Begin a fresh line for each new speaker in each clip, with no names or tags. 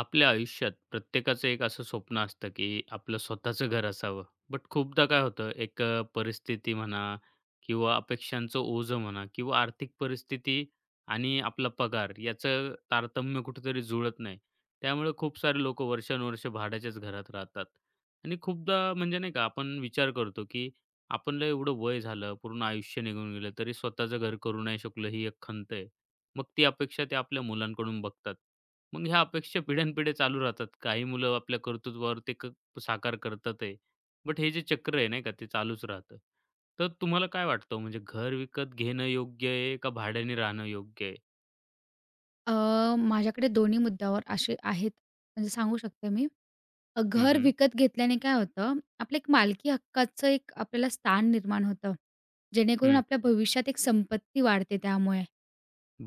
आपल्या आयुष्यात प्रत्येकाचं एक असं स्वप्न असतं की आपलं स्वतःचं घर असावं. बट खूपदा काय होतं एक परिस्थिती म्हणा किंवा अपेक्षांचं ओझं म्हणा किंवा आर्थिक परिस्थिती आणि आपला पगार याचं तारतम्य कुठेतरी जुळत नाही. त्यामुळे खूप सारे लोकं वर्षानुवर्षे भाड्याच्याच घरात राहतात. आणि खूपदा म्हणजे नाही का आपण विचार करतो की आपणला एवढं वय झालं, पूर्ण आयुष्य निघून गेलं, तरी स्वतःचं घर करू नाही शकलो ही एक खंत आहे. मग ती अपेक्षा ते आपल्या मुलांकडून बघतात. मग ह्या अपेक्षा पिढ्यानपिढ्या चालू राहतात. काही मुलं आपल्या कर्तृत्वावर ते क साकार करतात आहे. बट हे जे चक्र आहे नाही का, ते चालूच राहतं. तर तुम्हाला काय वाटतं म्हणजे घर विकत घेणं योग्य आहे का भाड्याने राहणं योग्य आहे?
अ, माझ्याकडे दोन्ही मुद्द्यावर असे आहेत, म्हणजे सांगू शकते मी.
हं,
घर
हं.
विकत घेतल्याने काय होतं, आपलं एक मालकी हक्काचं एक आपल्याला स्थान निर्माण होतं. जेणेकरून
हं,
आपल्या
हं.
भविष्यात एक संपत्ती वाढते त्यामुळे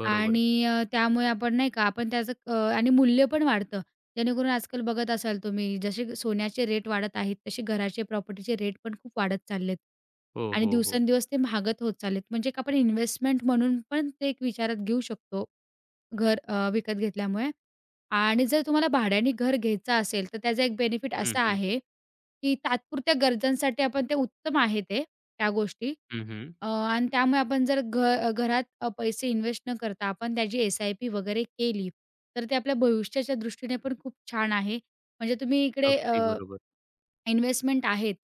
बरोबर.
आणि त्यामुळे आपण नाही का, आपण त्याचं आणि मूल्य पण वाढतं. जेणेकरून आजकाल बघत असाल तुम्ही, जसे सोन्याचे रेट वाढत आहेत, तसे घराचे, प्रॉपर्टीचे रेट पण खूप वाढत चाललेत
हो,
आणि
हो, हो.
दिवसेंदिवस ते महागत होत चाललेत. म्हणजे एक आपण इन्व्हेस्टमेंट म्हणून पण ते एक विचारात घेऊ शकतो. घर विकत घेतल्यामुळे आणि जर तुम्हाला भाड्याने घर घ्यायचं असेल, तर त्याचा एक बेनिफिट
हं,
असा
हं.
आहे, की तात्पुरत्या गरजांसाठी आपण ते उत्तम आहे ते, त्या गोष्टी.
हं, हं.
आणि त्यामुळे आपण जर घरात पैसे इन्व्हेस्ट न करता आपण त्याची एस-आय-पी वगैरे केली, तर ते आपल्या भविष्याच्या दृष्टीने पण खूप छान आहे. म्हणजे तुम्ही इकडे
अगदी बरोबर.
इन्व्हेस्टमेंट आहेत,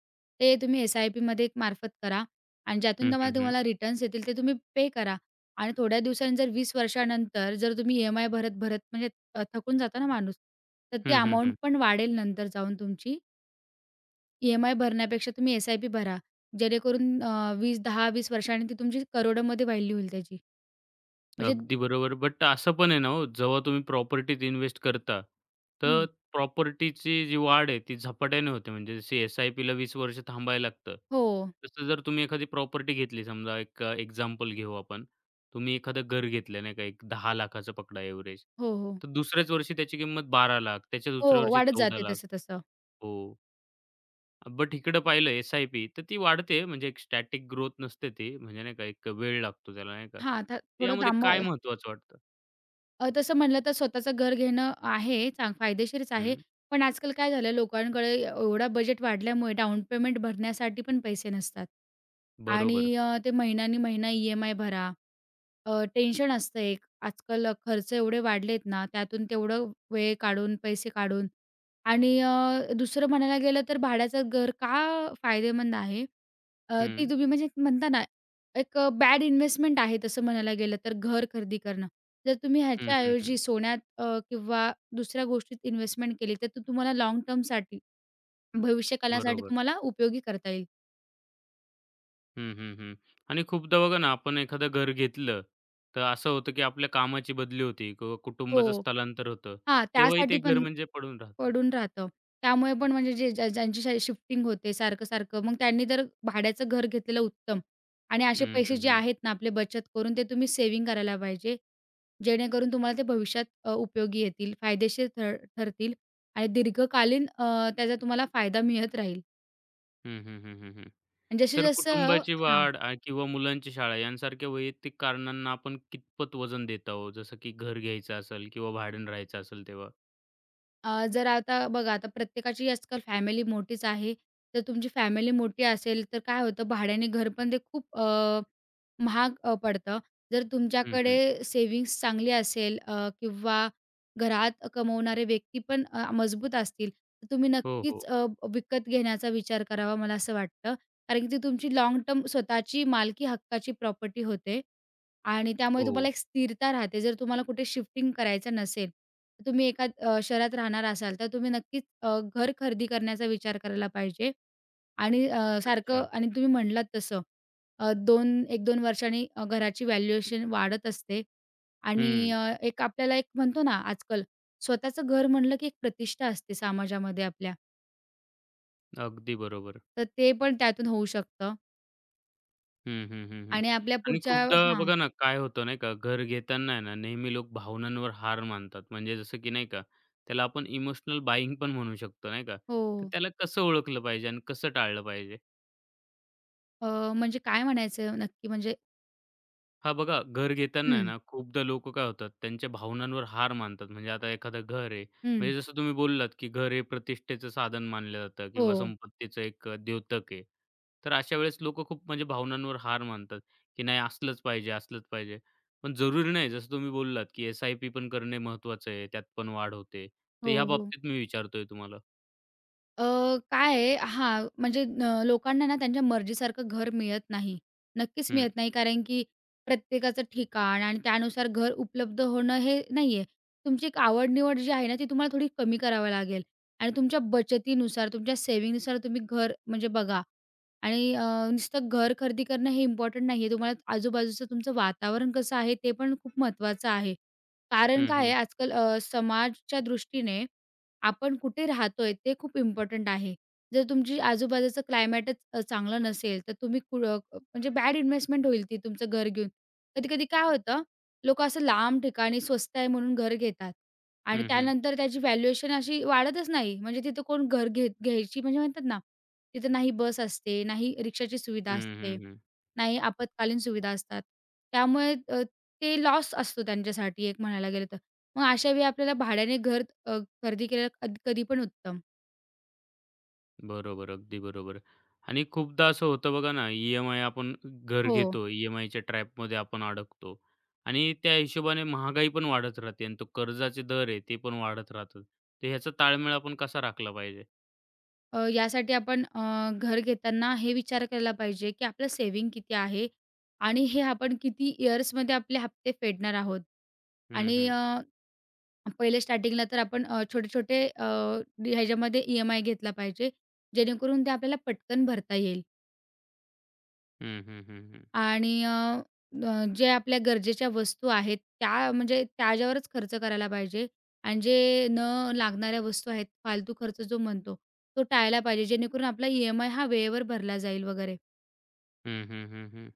ते तुम्ही एस-आय-पीमध्ये एक मार्फत करा आणि ज्यातून
हं, हं,
तुम्हाला
हं.
तुम्हाला रिटर्न्स येतील ते तुम्ही पे करा आणि थोड्या दिवसांनी जर 20 वर्षानंतर जर तुम्ही ई-एम-आय भरत-भरत म्हणजे थकून जातो ना माणूस, तर ती
हं,
अमाउंट
हं,
पण वाढेल नंतर जाऊन तुमची. ई-एम-आय भरण्यापेक्षा तुम्ही एस-आय-पी भरा. जेणेकरून अ, 20 10-20 वर्षांनी ती तुमची करोडोमध्ये व्हॅल्यू होईल त्याची. म्हणजे
अगदी बरोबर. बट असं पण आहे ना हो, जेव्हा तुम्ही प्रॉपर्टीत इन्व्हेस्ट करता, तर
हं.
प्रॉपर्टीची जी वाढ आहे ती झपाट्याने होते. म्हणजे जशी एस-आय-पीला 20 वर्ष थांबायला लागतं.
हो.
तसं जर तुम्ही एखादी प्रॉपर्टी घेतली समजा एक एक्झाम्पल घेऊ आपण. तुम्ही एखादं घर घेतलं नाही का, एक 10 लाखाचं पकडा एव्हरेज.
हो, हो.
तर दुसऱ्याच वर्षी त्याची किंमत 12 लाख, त्याच्या
हो,
दुसऱ्या वर्षी
वाढत
14
जाते
लाख.
तसं-तसं.
हो. बट इकडं पाहिलं एस-आय-पी तर ती वाढते म्हणजे एक स्टॅटिक ग्रोथ नसते ती. म्हणजे नाही का एक वेळ लागतो त्याला नाही का.
हां, आता
तर
थोडं
यामध्ये
थांबव.
काय महत्त्वाचं वाटतं?
तसं म्हणलं तर स्वतःचं घर घेणं आहे, फायदेशीरच आहे.
हं,
पण आजकाल काय झालं लोकांकडे एवढा बजेट वाढल्यामुळे डाउन पेमेंट भरण्यासाठी पण पैसे नसतात.
बरोबर.
आणि ते महिन्यानी महिना ई-एम-आय भरा. टेन्शन असतं एक. आजकाल खर्च एवढे वाढलेत ना, त्यातून तेवढं वेळ काढून, पैसे काढून आणि दुसरं म्हणायला गेलं तर भाड्याचं घर का फायदेमंद आहे? ती
हं,
तुम्ही म्हणजे म्हणता ना, एक बॅड इन्व्हेस्टमेंट आहे तसं म्हणायला गेलं तर घर खरेदी करणं. जर तुम्ही
हं, हं,
ह्याच्याऐवजी
हं.
सोन्यात किंवा दुसऱ्या गोष्टीत इन्व्हेस्टमेंट केली, तर तो तुम्हाला लाँग टर्मसाठी भविष्यकालासाठी
बरोबर.
तुम्हाला उपयोगी करता येईल.
हं, हं, हं. आणि खूपदा बघा ना आपण एखादं घर घेतलं, तर असं होतं की आपल्या कामाची बदली होती किंवा कुटुंबाचं
हो.
स्थलांतर होतं.
हां,
तेव्हाही
त्यासाठी
ते घर
पण
म्हणजे पडून राहतं.
पडून राहतं. त्यामुळे पण म्हणजे जे ज्यांची शिफ्टिंग होते सारखं-सारखं, मग त्यांनी तर भाड्याचं घर घेतलेलं उत्तम आणि असे
हं,
पैसे
हं,
जे
हं.
आहेत ना आपले बचत करून ते तुम्ही सेव्हिंग करायला पाहिजे. जेणेकरून तुम्हाला ते भविष्यात उपयोगी येतील, फायदेशीर ठरतील आणि दीर्घकालीन त्याचा तुम्हाला फायदा मिळत राहील
हं, हं, हं, हं,
आणि
तर
जसं-जसं
कुटुंबाची
हां.
वाढ किंवा मुलांची शाळा यांसारख्या वैयक्तिक कारणांना आपण कितपत वजन देत आहोत? जसं की घर घ्यायचं असेल किंवा भाड्यानं राहायचं असेल तेव्हा?
जर आता बघा आता प्रत्येकाची आजकाल फॅमिली मोठीच आहे. जर तुमची फॅमिली मोठी असेल, तर काय होतं भाड्याने घर पण ते खूप महाग पडतं. जर
हं,
तुमच्याकडे
हं.
सेव्हिंग्ज चांगली असेल किंवा घरात कमवणारे व्यक्ती पण मजबूत असतील, तर तुम्ही
हो, हो.
नक्कीच विकत घेण्याचा विचार करावा मला असं वाटतं. कारण की ती तुमची लाँग टर्म स्वतःची मालकी हक्काची प्रॉपर्टी होते आणि त्यामुळे तुम्हाला
हो.
एक स्थिरता राहते. जर तुम्हाला कुठे शिफ्टिंग करायचं नसेल तुम्ही एका शहरात राहणार असाल, तर तुम्ही नक्कीच घर खरेदी करण्याचा विचार करायला पाहिजे आणि सारखं
अच्छा.
आणि तुम्ही म्हणलात तसं अ, 2 1-2 वर्षांनी घराची व्हॅल्युएशन वाढत असते आणि
हं.
एक आपल्याला एक म्हणतो ना आजकाल स्वतःचं घर म्हणलं की एक प्रतिष्ठा असते समाजामध्ये आपल्या,
अगदी बरोबर.
तर ते पण त्यातून होऊ शकतं
हं, हं, हं, हं.
आणि आपल्या
आणि
पुढच्या
खूपदा
हां.
बघा ना, काय होतं नाही का, घर घेताना आहे ना, नेहमी लोक भावनांवर हार मानतात. म्हणजे जसं की नाही का, त्याला आपण इमोशनल बायिंग पण म्हणू शकतो, नाही का?
हो.
तर त्याला कसं ओळखलं पाहिजे आणि कसं टाळलं पाहिजे?
अ, म्हणजे काय म्हणायचं नक्की म्हणजे
हां, बघा घर घेताना आहे
हं,
ना, खूपदा लोकं काय होतात, त्यांच्या भावनांवर हार मानतात. म्हणजे आता एखादं घर आहे,
हं.
म्हणजे जसं तुम्ही बोललात, की घर हे प्रतिष्ठेचं साधन मानलं जातं
हो.
किंवा संपत्तीचं एक द्योतक आहे. तर अशा वेळेस लोकं खूप म्हणजे भावनांवर हार मानतात, की नाही असलंच पाहिजे, असलंच पाहिजे. पण जरुरी नाही, जसं तुम्ही बोललात, की एस-आय-पी पण करणे महत्त्वाचं आहे, त्यात पण वाढ होते. तर
हो,
ह्या
हो.
बाबतीत मी विचारतोय तुम्हाला.
अ, काय आहे हां, म्हणजे न लोकांना ना त्यांच्या मर्जीसारखं घर मिळत नाही. नक्कीच
हं.
मिळत नाही कारण की प्रत्येकाचं ठिकाण आणि त्यानुसार घर उपलब्ध होणं हे नाही. तुमची एक आवड-निवड जी आहे ना, ती तुम्हाला थोडी कमी करावी लागेल आणि तुमच्या बचतीनुसार, तुमच्या सेव्हिंगनुसार तुम्ही घर म्हणजे बघा आणि नुसतं घर खरेदी करणं हे इम्पॉर्टंट नाही. तुम्हाला आजूबाजूचं तुमचं वातावरण कसं आहे, ते पण खूप महत्त्वाचं आहे. कारण
हं,
काय आहे
हं.
आजकाल समाजाच्या दृष्टीने आपण कुठे राहतोय ते खूप इम्पॉर्टंट आहे. जर तुमची आजूबाजूचं क्लायमेटच चांगलं नसेल, तर तुम्ही म्हणजे बॅड इन्व्हेस्टमेंट होईल ती तुमचं घर घेऊन. कधी-कधी काय होतं, लोकं असं लांब ठिकाणी स्वस्त आहे म्हणून घर घेतात आणि
हं, हं.
त्यानंतर त्याची व्हॅल्युएशन अशी वाढतच नाही. म्हणजे तिथं कोण घर घ्यायची म्हणजे म्हणतात ना, तिथं नाही बस असते, नाही रिक्षाची सुविधा असते,
हं, हं,
नाही आपत्कालीन सुविधा असतात. त्यामुळे ते लॉस असतो त्यांच्यासाठी एक म्हणायला गेलं तर. मग अशा वेळी आपल्याला भाड्याने घर खरेदी केलेलं कधी पण उत्तम.
बरोबर. अगदी बरोबर. आणि खूपदा असं होतं बघा ना, ई-एम-आय आपण घर
हो.
घेतो. ई-एम-आयच्या ट्रॅपमध्ये आपण अडकतो आणि त्या हिशोबाने महागाई पण वाढत राहते आणि तो कर्जाचे दर आहे ते पण वाढत राहतात. तर ह्याचा ताळमेळ आपण कसा राखला पाहिजे?
यासाठी आपण घर घेताना हे विचार केला पाहिजे, की आपलं सेव्हिंग किती आहे आणि हे आपण किती इयर्समध्ये आपले हप्ते फेडणार आहोत.
हं,
आणि
हं.
पहिले स्टार्टिंगला तर आपण छोटे-छोटे ह्याच्यामध्ये ई-एम-आय घेतला पाहिजे, जेणेकरून ते आपल्याला पटकन भरता येईल.
हं, हं, हं, हं.
आणि अ, अ, जे आपल्या गरजेच्या वस्तू आहेत, त्या म्हणजे त्याच्यावरच खर्च करायला पाहिजे आणि जे लागणाऱ्या वस्तू आहेत, फालतू खर्च जो म्हणतो, तो टाळला पाहिजे. जेणेकरून आपला ई-एम-आय हा वेळेवर भरला जाईल वगैरे.
हं, हं, हं, हं.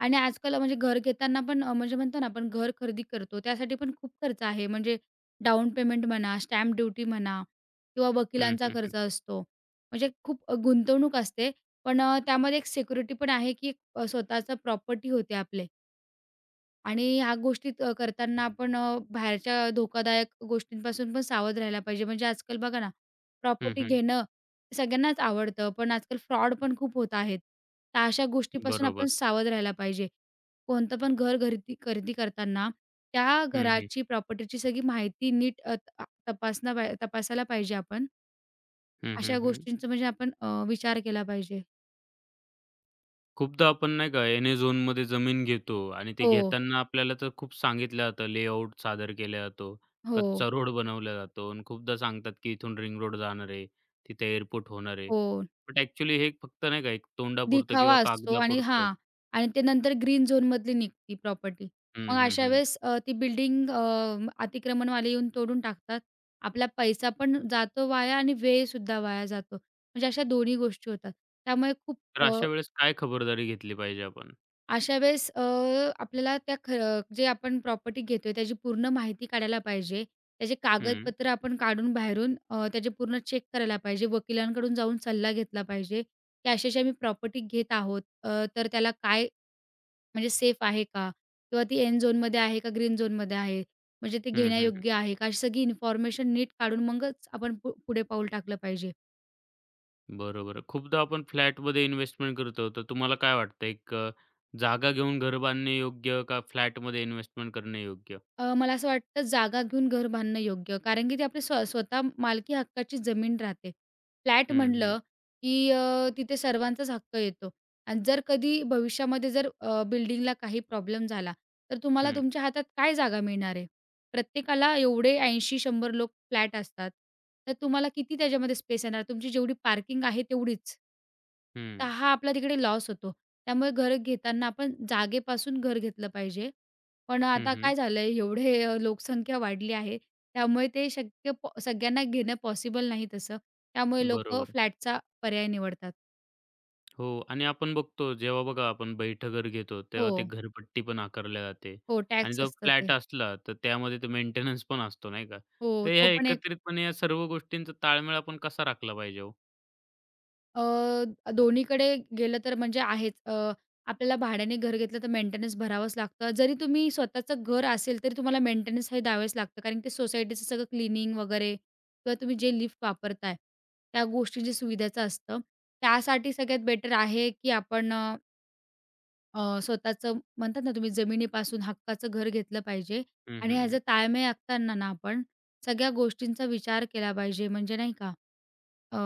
आणि आजकाल म्हणजे घर घेताना पण म्हणजे म्हणतो ना आपण घर खरेदी करतो, त्यासाठी पण खूप खर्च आहे. म्हणजे डाउन पेमेंट म्हणा, स्टॅम्प ड्युटी म्हणा किंवा
हं,
वकिलांचा
हं, हं.
खर्च असतो. म्हणजे खूप गुंतवणूक असते. पण त्यामध्ये एक सिक्युरिटी पण आहे, की एक, स्वतःचा प्रॉपर्टी होते आपले. आणि ह्या गोष्टी करताना आपण बाहेरच्या धोकादायक गोष्टींपासून पण सावध राहायला पाहिजे. म्हणजे आजकाल बघा ना, प्रॉपर्टी
हं,
घेणं सगळ्यांनाच आवडतं, पण आजकाल फ्रॉड पण खूप होत आहेत. तर अशा गोष्टीपासून आपण
बरोबर.
सावध राहायला पाहिजे. कोणतं पण घर घरती खरेदी करताना त्या
हं, हं.
घराची, प्रॉपर्टीची सगळी माहिती नीट अ, त तपासणं पा तपासायला पाहिजे आपण.
हं,
अशा
हं, हं.
गोष्टींचा म्हणजे आपण विचार केला पाहिजे.
खूपदा आपण नाही का एन-ए झोनमध्ये जमीन घेतो आणि ते
हो,
घेताना आपल्याला तर खूप सांगितलं जातं, लेआउट सादर केला जातो,
हो,
कच्चा रोड बनवला जातो आणि खूपदा सांगतात की इथून रिंग रोड जाणार आहे, तिथे एअरपोर्ट होणार आहे.
हो.
बट ॲक्च्युअली हे फक्त नाही का एक तोंडापुरतं किंवा
दिखावा असतो आणि
कागदापुरतं.
हां. आणि ते नंतर ग्रीन झोनमधली निघती प्रॉपर्टी. मग
हं, हं,
अशा
हं.
वेळेस ती बिल्डिंग अतिक्रमणवाले येऊन तोडून टाकतात. आपला पैसा पण जातो वाया आणि वेळसुद्धा वाया जातो. म्हणजे अशा दोन्ही गोष्टी होतात. त्यामुळे खूप.
तर
अ,
अशा वेळेस काय खबरदारी घेतली पाहिजे आपण?
अशा वेळेस आपल्याला त्या ख जे आपण प्रॉपर्टी घेतोय त्याची पूर्ण माहिती काढायला पाहिजे. त्याचे
हं,
कागदपत्र आपण काढून बाहेरून त्याचे पूर्ण चेक करायला पाहिजे. वकिलांकडून जाऊन सल्ला घेतला पाहिजे, की अशी-अशी आम्ही प्रॉपर्टी घेत आहोत. तर त्याला काय म्हणजे सेफ आहे का? किंवा ती एंड झोनमध्ये आहे का ग्रीन झोनमध्ये आहे? म्हणजे ते
हं, हं, हं.
घेण्यायोग्य आहे का? अशी सगळी इन्फॉर्मेशन नीट काढून मगच आपण पुढे पाऊल टाकलं पाहिजे.
बरोबर. खूपदा आपण फ्लॅटमध्ये इन्व्हेस्टमेंट करतो, तर तुम्हाला काय वाटतं एक जागा घेऊन घर बांधणे योग्य का फ्लॅटमध्ये इन्व्हेस्टमेंट करणे योग्य?
मला असं वाटतं जागा घेऊन घर बांधणं योग्य. कारण की ती आपली स्वतः मालकी हक्काची जमीन राहते. फ्लॅट
हं, हं,
म्हटलं, की तिथे सर्वांचाच हक्क येतो आणि जर कधी भविष्यामध्ये जर बिल्डिंगला काही प्रॉब्लेम झाला, तर तुम्हाला
हं.
तुमच्या हातात काय जागा मिळणार आहे? प्रत्येकाला एवढे 80-100 लोक फ्लॅट असतात. तर तुम्हाला किती त्याच्यामध्ये स्पेस येणार? तुमची जेवढी पार्किंग आहे तेवढीच.
हं.
तर हा आपला तिकडे लॉस होतो. त्यामुळे घर घेताना आपण जागेपासून घर घेतलं पाहिजे. पण
हं,
आता
हं.
काय झालंय एवढे लोकसंख्या वाढली आहे. त्यामुळे ते शक्य पॉ सगळ्यांना घेणं पॉसिबल नाही तसं. त्यामुळे लोकं
बरोबर.
फ्लॅटचा पर्याय निवडतात.
हो आणि आपण बघतो जेव्हा बघा आपण बैठं घर घेतो,
हो,
तेव्हा ते घरपट्टी पण आकारल्या जाते
हो,
आणि
टॅक्स
जो
असतं
फ्लॅट
ते.
असला, तर त्यामध्ये तो मेंटेनन्स पण असतो नाही का?
हो,
तर ह्या
तो पण एक.
एकत्रितपणे या सर्व गोष्टींचा ताळमेळ आपण कसा राखला पाहिजे हो?
अ, दोन्हीकडे गेलं तर म्हणजे आहेच. आपल्याला भाड्याने घर घेतलं तर मेंटेनन्स भरावंच लागतं. जरी तुम्ही स्वतःचं घर असेल तरी तुम्हाला मेंटेनन्स हे द्यावेच लागतं. कारण की सोसायटीचं सगळं क्लीनिंग वगैरे किंवा तुम्ही जे लिफ्ट वापरताय, त्या गोष्टी जे सुविधाचं असतं. त्यासाठी सगळ्यात बेटर आहे की आपण स्वतःचं म्हणतात ना तुम्ही जमिनीपासून हक्काचं घर घेतलं पाहिजे
हं,
आणि
हं,
ॲज अ
हं.
ताळमेळ आखताना ना आपण सगळ्या गोष्टींचा विचार केला पाहिजे म्हणजे नाही का. अ,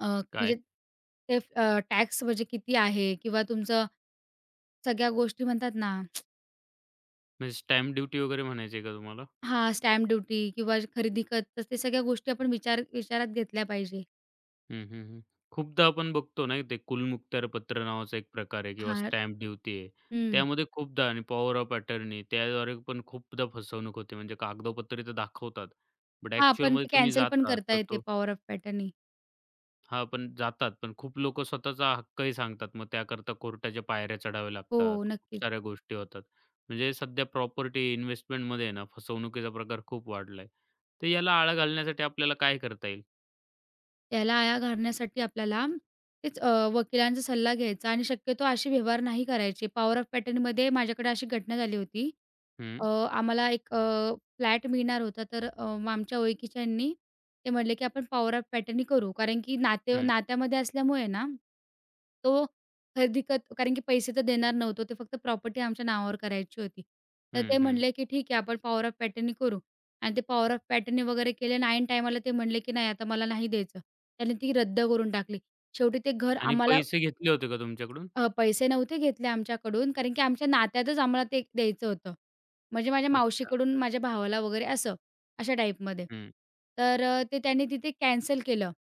अ, म्हणजे
काय?
ते टॅक्स म्हणजे किती आहे किंवा तुमचं सगळ्या गोष्टी म्हणतात ना.
म्हणजे स्टॅम्प ड्युटी वगैरे म्हणायची का तुम्हाला?
हां, स्टॅम्प ड्युटी किंवा खरेदी खत तर ते सगळ्या गोष्टी आपण विचारात घेतल्या पाहिजे.
हं, हं, हं. खूपदा आपण बघतो ना, ते कुलमुखत्यार पत्र नावाचा एक प्रकार आहे किंवा
हां.
स्टॅम्प ड्युटी आहे.
हं.
त्यामध्ये खूपदा आणि पॉवर ऑफ अटर्नी त्याद्वारे पण खूपदा फसवणूक होते. म्हणजे कागदोपत्री तर दाखवतात. बट
हां, पण
ॲक्चुअलमध्ये
ते
तुम्ही
कॅन्सल पण
जाता
करता
तर
येते
तो
पॉवर ऑफ पॅटर्ननी.
हां, पण जातात. पण खूप लोकं स्वतःचा हक्कही सांगतात. मग त्याकरता कोर्टाच्या पायऱ्या चढाव्या
हो,
लागतात. खूप
नक्कीच.
साऱ्या गोष्टी होतात. म्हणजे सध्या प्रॉपर्टी इन्व्हेस्टमेंटमध्ये आहे ना, फसवणुकीचा प्रकार खूप वाढला तर याला आळा घालण्यासाठी आपल्याला काय करता येईल?
त्याला आळा घालण्यासाठी आपल्याला तेच वकिलांचा सल्ला घ्यायचा आणि शक्यतो असे व्यवहार नाही करायचे. पॉवर ऑफ पॅटर्नमध्ये माझ्याकडे अशी घटना झाली होती. अ,
हं,
आम्हाला एक फ्लॅट मिळणार होता, तर मग आमच्या ओळखीच्यांनी ते म्हटले, की आपण पॉवर पॅटर्ननी करू. कारण की
हं,
नात्यामध्ये असल्यामुळे ना, तो खरेदी करत कारण की पैसे तर देणार नव्हतो. ते फक्त प्रॉपर्टी आमच्या नावावर करायची होती. तर ते
हं, हं.
म्हणले, की ठीक आहे आपण पॉवर ऑफ पॅटर्ननी करू. आणि ते पॉवर ऑफ पॅटर्ननी वगैरे केले आणि ऐन टाईमाला ते म्हणले, की नाही आता मला नाही द्यायचं. त्याने ती रद्द करून टाकली. शेवटी ते घर
आणि
आम्हाला
पैसे घेतले होते का तुमच्याकडून?
पैसे नव्हते घेतले आमच्याकडून, कारण की आमच्या नात्यातच आम्हाला ते द्यायचं होतं. म्हणजे माझ्या
अच्छा.
मावशीकडून माझ्या भावाला वगैरे असं, अशा टाईपमध्ये.
हं,
तर ते त्यांनी तिथे कॅन्सल केलं.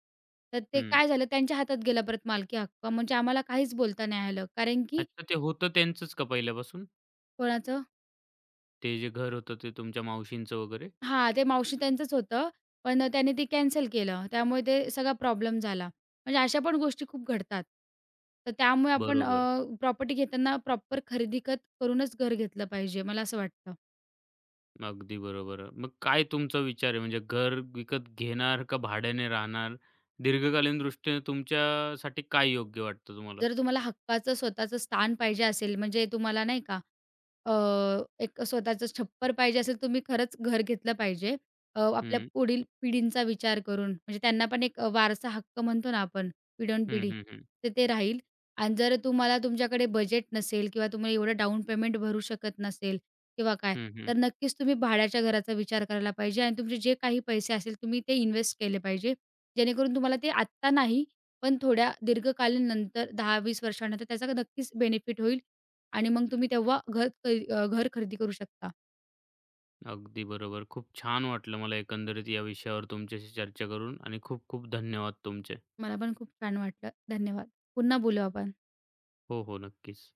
तर ते
हं.
काय झालं त्यांच्या हातात गेला परत मालकी हक्क. म्हणजे आम्हाला काहीच बोलता नाही आलं. कारण की
अच्छा ते होतं त्यांचंच का पहिल्यापासून?
कोणाचं?
ते जे घर होतं ते तुमच्या मावशींचं वगैरे?
हां, ते मावशी त्यांचंच होतं. पण त्यांनी ते कॅन्सल केलं. त्यामुळे ते सगळा प्रॉब्लेम झाला. म्हणजे अशा पण गोष्टी खूप घडतात. तर त्यामुळे आपण
बरोबर.
प्रॉपर्टी घेताना प्रॉपर खरेदी खत करूनच घर घेतलं पाहिजे, मला असं वाटतं.
अगदी बरोबर. मग काय तुमचा विचार आहे म्हणजे घर विकत घेणार का भाड्याने राहणार? दीर्घकालीन दृष्टीने तुमच्यासाठी काय योग्य वाटतं तुम्हाला?
जर तुम्हाला हक्काचं स्वतःचं स्थान पाहिजे असेल, म्हणजे तुम्हाला नाही का, अ, एक स्वतःचं छप्पर पाहिजे असेल, तुम्ही खरंच घर घेतलं पाहिजे. आपल्या
हं.
पुढील पिढींचा विचार करून, म्हणजे त्यांना पण एक वारसा हक्क म्हणतो ना आपण,
हं,
पिढोनपिढी,
हं, हं.
तर ते राहील. आणि जर तुम्हाला तुमच्याकडे बजेट नसेल किंवा तुम्ही एवढं डाउन पेमेंट भरू शकत नसेल किंवा काय,
हं, हं.
तर नक्कीच तुम्ही भाड्याच्या घराचा विचार करायला पाहिजे आणि तुमचे जे काही पैसे असेल, तुम्ही ते इन्व्हेस्ट केले पाहिजे. जेणेकरून तुम्हाला ते आत्ता नाही, पण थोड्या दीर्घकालीन नंतर 10-20 वर्षानंतर त्याचा नक्कीच बेनिफिट होईल. आणि मग तुम्ही तेव्हा घर घर खरेदी करू शकता.
अगदी बरोबर. खूप छान वाटलं मला एकंदरीत या विषयावर तुमच्याशी चर्चा करून आणि खूप खूप धन्यवाद तुमचे.
मला पण खूप छान वाटलं. धन्यवाद. पुन्हा बोलू आपण.
हो, हो. नक्कीच.